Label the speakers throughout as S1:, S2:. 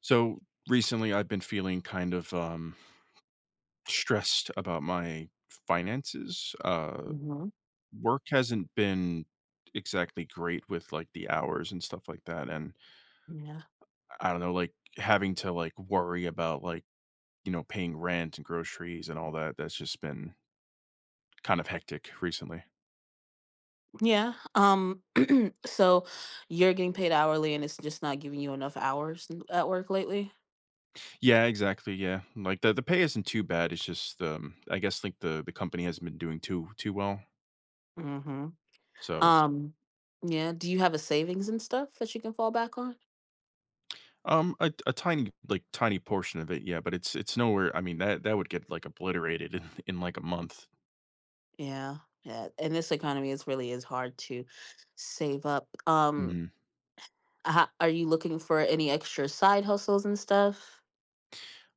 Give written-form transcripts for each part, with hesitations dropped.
S1: So recently, I've been feeling kind of stressed about my finances.
S2: Mhm.
S1: Work hasn't been exactly great with like the hours and stuff like that. And
S2: Yeah.
S1: I don't know, like having to like worry about like, paying rent and groceries and all that. That's just been kind of hectic recently.
S2: Yeah. Um so you're getting paid hourly and it's just not giving you enough hours at work lately?
S1: Yeah, exactly. Yeah. Like the pay isn't too bad. It's just, I guess like the company hasn't been doing too well.
S2: Mhm.
S1: So
S2: Um yeah, do you have a savings and stuff that you can fall back on?
S1: A tiny, like, tiny portion of it, yeah, but it's nowhere. I mean, that would get, like, obliterated in, like, a month.
S2: Yeah. Yeah. In this economy it's really is hard to save up.
S1: Mhm.
S2: Are you looking for any extra side hustles and stuff?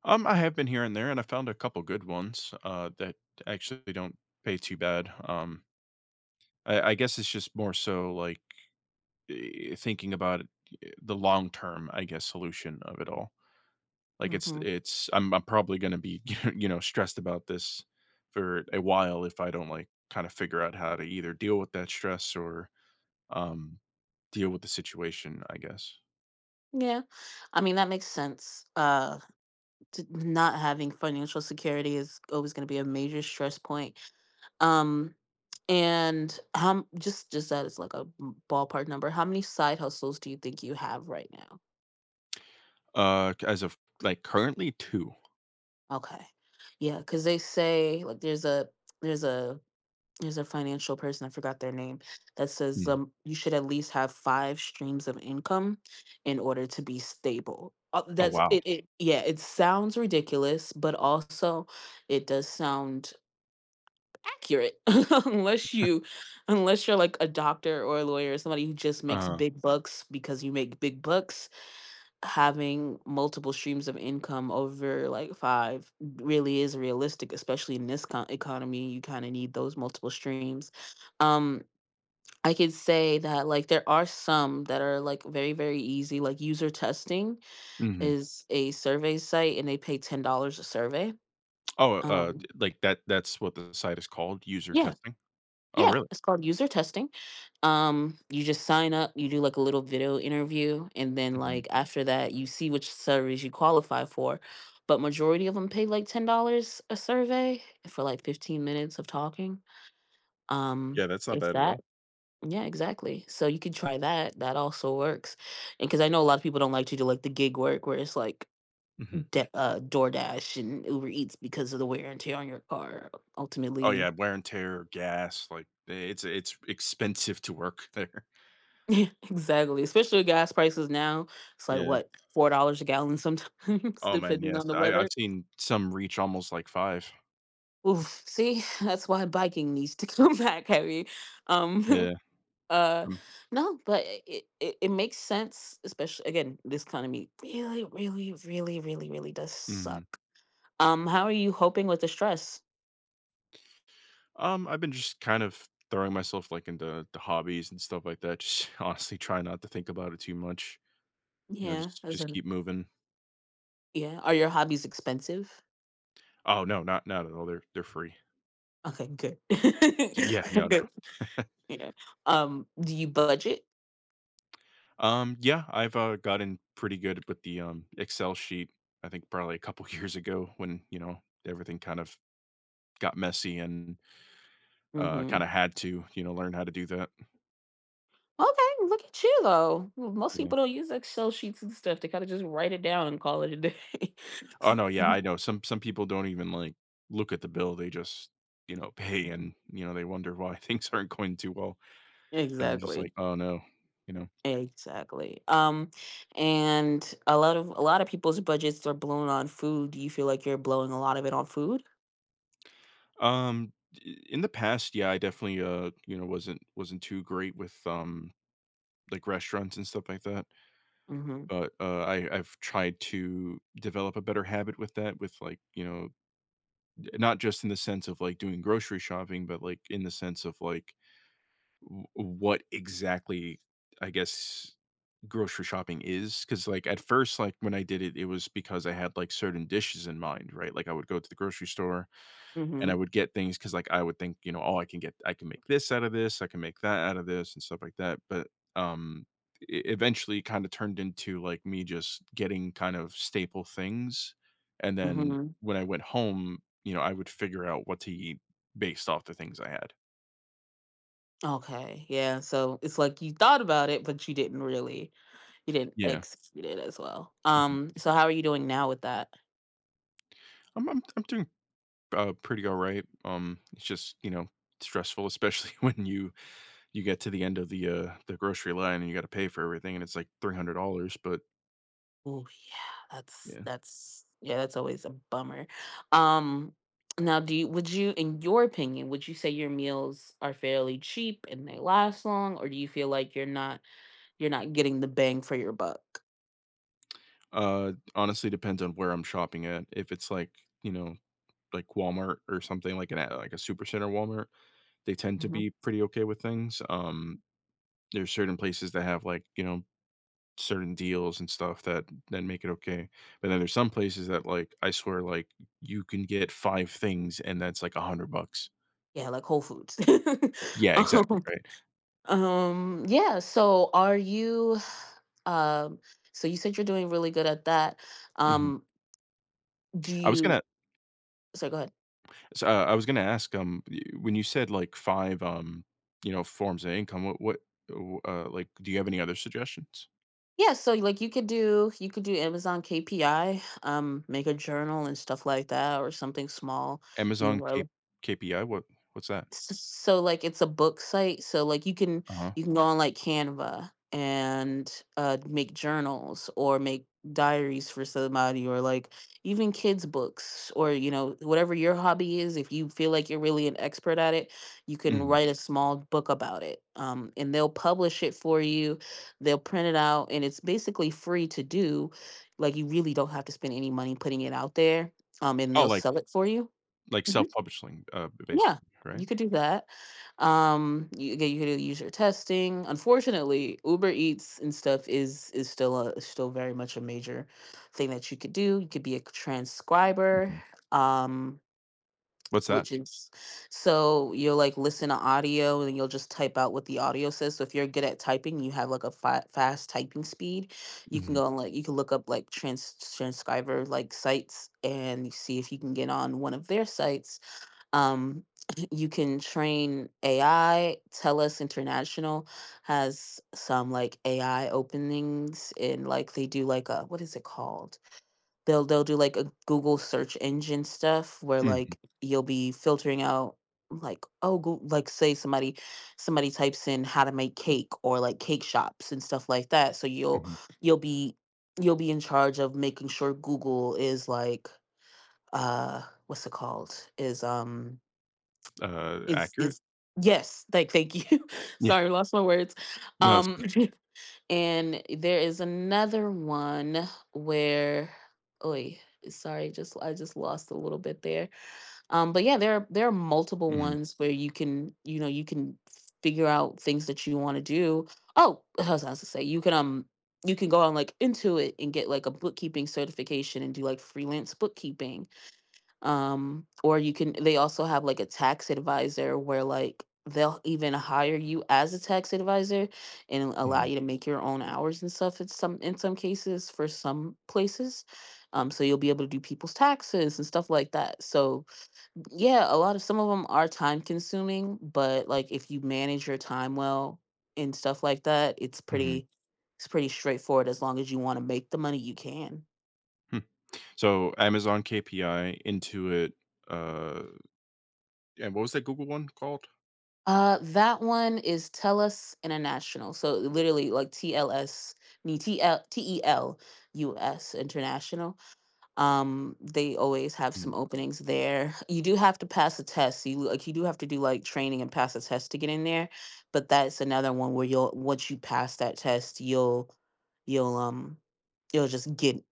S1: I have been here and there, and I found a couple good ones, that actually don't pay too bad. I guess it's just more so, like, thinking about it the long term, I guess, solution of it all. Like, it's
S2: Mhm.
S1: it's I'm probably gonna be, stressed about this for a while if I don't, like, kinda figure out how to either deal with that stress or um, deal with the situation, I guess.
S2: Yeah. I mean that makes sense. Not having financial security is always going to be a major stress point. Um, and how m just that is like a b ballpark number, how many side hustles do you think you have right now?
S1: C as of, like, currently 2.
S2: Okay. Yeah, 'cause they say, like, there's a there's a financial person, I forgot their name, that says,
S1: Mm.
S2: you should at least have 5 streams of income in order to be stable.
S1: Oh,
S2: That's
S1: wow.
S2: it it Yeah, it sounds ridiculous, but also it does sound accurate. unless you unless you're like a doctor or a lawyer or somebody who just makes
S1: uh
S2: big bucks. Because you make big bucks, having multiple streams of income over like five really is realistic. Especially in this economy, you kind of need those multiple streams. um I could say that, like, there are some that are like very, very easy, like user testing
S1: Mhm.
S2: is a survey site and they pay $10 a survey.
S1: Oh, d
S2: um
S1: like, that's what the site is called, user
S2: yeah.
S1: testing? Oh,
S2: Yeah,
S1: really?
S2: it's called user testing. You just sign up, you do like a little video interview, and then
S1: Mhm.
S2: like after that, you see which surveys you qualify for. But majority of them pay like $10 a survey for like 15 minutes of talking. Um,
S1: Yeah, that's not
S2: if
S1: bad at all.
S2: that, yeah, exactly. So you could try that. That also works, and because I know a lot of people don't like to do like the gig work where it's like
S1: Mhm.
S2: DoorDash and Uber Eats because of the wear and tear on your car.
S1: Oh, yeah,
S2: Ultimately,
S1: wear and tear, gas, like, it's expensive to work there.
S2: exactly, especially with gas prices now. It's like
S1: Yeah.
S2: what, $4 a gallon sometimes,
S1: Oh, man,
S2: depending
S1: yes.
S2: on the
S1: I've
S2: weather.
S1: seen some reach almost, like, 5.
S2: Oof, see, that's why biking needs to come back heavy. Um,
S1: Yeah.
S2: uh,
S1: Mm.
S2: no, but it it makes sense, especially again, this economy really, really, really, really, really does
S1: Mhm.
S2: suck. How are you coping with the stress?
S1: I've been just kind of throwing myself like into the hobbies and stuff like that. Just honestly try not to think about it too much. You know,
S2: Yeah,
S1: just
S2: as
S1: just
S2: in,
S1: keep moving.
S2: yeah. Are your hobbies expensive?
S1: Oh no, not at all. They're free.
S2: Okay, good.
S1: Yeah, no,
S2: Good.
S1: no.
S2: Yeah. Do you budget?
S1: Yeah, I've gotten pretty good with the Excel sheet. I think probably a couple years ago when you know everything kind of got messy and
S2: Mm-hmm.
S1: kind of had to you know learn how to do that.
S2: Okay, look at you though. Most people don't use Excel sheets and stuff, they kinda just write it down and call it a day.
S1: Oh, no, yeah, I know. Some people don't even, like, look at the bill, they just, you know, pay and, you know, they wonder why things aren't going too well. And I'm just like,
S2: Exactly,
S1: "Oh, no," you know?
S2: exactly, and a lot of people's budgets are blown on food. Do you feel like you're blowing a lot of it on food?
S1: I in the past, yeah, I definitely, you know, wasn't too great with, like, restaurants and stuff like that,
S2: Mhm,
S1: but, I've tried to develop a better habit with that with, like, you know, not just in the sense of, like, doing grocery shopping, but, like, in the sense of, like what exactly I guess grocery shopping is. Because like at first like when I did it, it was because I had like certain dishes in mind, right? Like I would go to the grocery store and I
S2: mhm,
S1: would get things because like I would think, you know, oh I can get, I can make this out of this, I can make that out of this and stuff like that. But um it eventually kind of turned into like me just getting kind of staple things, and then
S2: mhm.
S1: when I went home, you know, I would figure out what to eat based off the things I had.
S2: Okay, yeah, so it's like you thought about it, but you didn't
S1: Yeah.
S2: execute it as well.
S1: Mhm.
S2: So how are you doing now with that?
S1: I'm doing pretty alright. It's just, you know, stressful, especially when you get to the end of the grocery line and you gotta pay for everything, and it's like $300, but
S2: Oh yeah, that's
S1: yeah.
S2: that's yeah, that's always a bummer. Um, now do you would you, in your opinion, would you say your meals are fairly cheap and they last long, or do you feel like you're not getting the bang for your buck?
S1: Honestly, depends on where I'm shopping at. If it's like, you know, like Walmart or something like an a like a supercenter Walmart, they tend to
S2: Mhm.
S1: be pretty okay with things. There's certain places that have like, you know, certain deals and stuff that make it okay. But then there's some places that like, I swear, like, you can get 5 things and that's like 100 bucks.
S2: Yeah, like Whole Foods.
S1: Yeah, exactly,
S2: um,
S1: right.
S2: yeah, so are you um so you said you're doing really good at that.
S1: Mhm.
S2: Um, do
S1: I was
S2: you—
S1: gonna
S2: sorry, go ahead.
S1: s I was gonna ask, y when you said, like, 5, you know, forms of income, what, w like, do you have any other suggestions?
S2: Yeah, so like you could do Amazon KPI, make a journal and stuff like that, or something small.
S1: Amazon K
S2: Anywhere—
S1: what what's that?
S2: so like it's a book site, so like you can
S1: Uh-huh.
S2: you can go on like Canva and make journals or make diaries for somebody, or like even kids books, or you know, whatever your hobby is, if you feel like you're really an expert at it, you can
S1: Mhm.
S2: write a small book about it. Um, and they'll publish it for you, they'll print it out, and it's basically free to do. Like, you really don't have to spend any money putting it out there. Um, and
S1: Oh,
S2: they'll sell it for you.
S1: like
S2: Mm-hmm.
S1: self-publishing,
S2: Yeah,
S1: basically, right?
S2: you could do that. You— again, you could use your testing. Unfortunately, Uber Eats and stuff is still very much a major thing that you could do. You could be a transcriber,
S1: Mhm.
S2: um,
S1: What's that?
S2: which is— so you'll like listen to audio and you'll just type out what the audio says. So if you're good at typing, you have like a fast typing speed. You can
S1: Mhm.
S2: go and like you can look up like transcriber like sites and see if you can get on one of their sites. Um, you can train AI. TELUS International has some like AI openings, and like they do like a— what is it called? They'll do like a Google search engine stuff where
S1: Mhm.
S2: like you'll be filtering out, like, oh— like say somebody types in how to make cake or like cake shops and stuff like that. So you'll
S1: Mhm.
S2: you'll be you'll be in charge of making sure Google is like, uh, what's it called, is, um, is
S1: Accurate?
S2: is yes, like, thank you.
S1: Yeah.
S2: Sorry, lost my words.
S1: No, it's
S2: Um,
S1: okay.
S2: and there is another one where— oi, sorry, just I just lost a little bit there. Um, but yeah, there are multiple
S1: Mhm.
S2: ones where you can, you know, you can figure out things that you want to do. Oh, I was about to say, you can um, you can go on like Intuit and get like a bookkeeping certification and do like freelance bookkeeping. Um, or you can— they also have like a tax advisor where like they'll even hire you as a tax advisor and allow
S1: Mhm.
S2: you to make your own hours and stuff in some cases for some places. Um, so you'll be able to do people's taxes and stuff like that. So, yeah, a lot of— some of them are time consuming, but like if you manage your time well and stuff like that, it's
S1: Mhm.
S2: pretty— it's pretty straightforward. As long as you want to make the money, you can.
S1: Hmm. So, Amazon KPI, Intuit, uh, and what was that Google one called?
S2: That one is TELUS International. So literally like TLS, nee, TL, International. They always have
S1: Mhm.
S2: some openings there. You do have to pass a test. So you, like, you do have to do like training and pass a test to get in there. But that's another one where you'll once you pass that test, you'll um you'll just get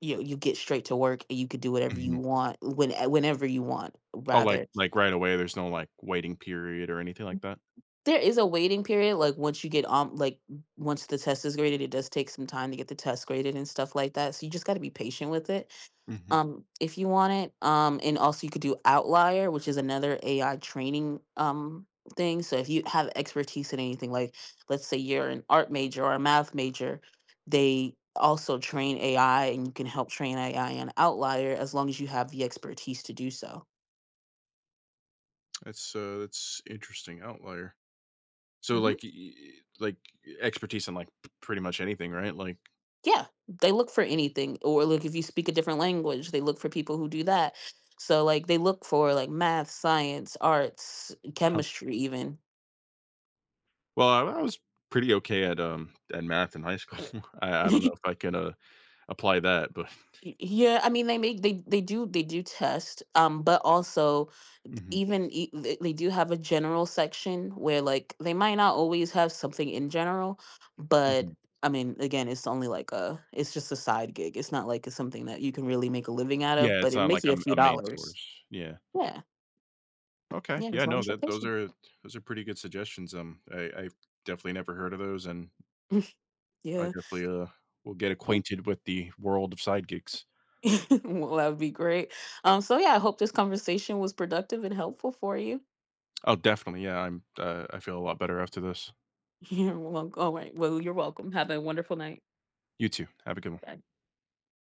S2: you you get straight to work and you could do whatever you
S1: Mhm.
S2: want when whenever you want
S1: Oh,
S2: rather.
S1: like, right away, there's no, like, waiting period or anything like that?
S2: There is a waiting period, like, once you get on, like, once the test is graded, it does take some time to get the test graded and stuff like that, so you just gotta be patient with it,
S1: Mhm.
S2: if you want it. Um, and also you could do Outlier, which is another AI training, thing. So if you have expertise in anything, like, let's say you're an art major or a math major, they also train AI and you can help train AI on Outlier, as long as you have the expertise to do so.
S1: That's interesting, outlier. So,
S2: Mhm.
S1: like, y like, expertise in, like, p pretty much anything, right? Like
S2: Yeah, they look for anything, or like if you speak a different language, they look for people who do that. So, like, they look for like math, science, arts,
S1: Huh.
S2: chemistry even.
S1: Well, I was pretty okay at math in high school. I don't know if I can, apply that, but
S2: Y- Yeah, I mean they make— they do test, um, but also
S1: Mhm.
S2: even they do have a general section where like they might not always have something in general, but—
S1: Mhm.
S2: I mean, again, it's only like a— it's just a side gig. It's not like it's something that you can really make a living out of,
S1: Yeah,
S2: but
S1: it's
S2: it
S1: not
S2: makes
S1: like
S2: you
S1: a
S2: a few
S1: a main
S2: dollars.
S1: source. Yeah.
S2: Yeah.
S1: Okay.
S2: Yeah, as
S1: Yeah,
S2: long
S1: no,
S2: as you're
S1: that
S2: patient.
S1: those are pretty good suggestions, I definitely never heard of those, and I
S2: Yeah.
S1: definitely, will get
S2: Yeah.
S1: acquainted with the world of side gigs.
S2: Well, that would be great. So yeah, I hope this conversation was productive and helpful for you.
S1: Oh, definitely. Yeah, I'm. I feel a lot better after this.
S2: You're welcome. All right. Well, you're welcome. Have a wonderful night.
S1: You too. Have a good one.
S2: Bye.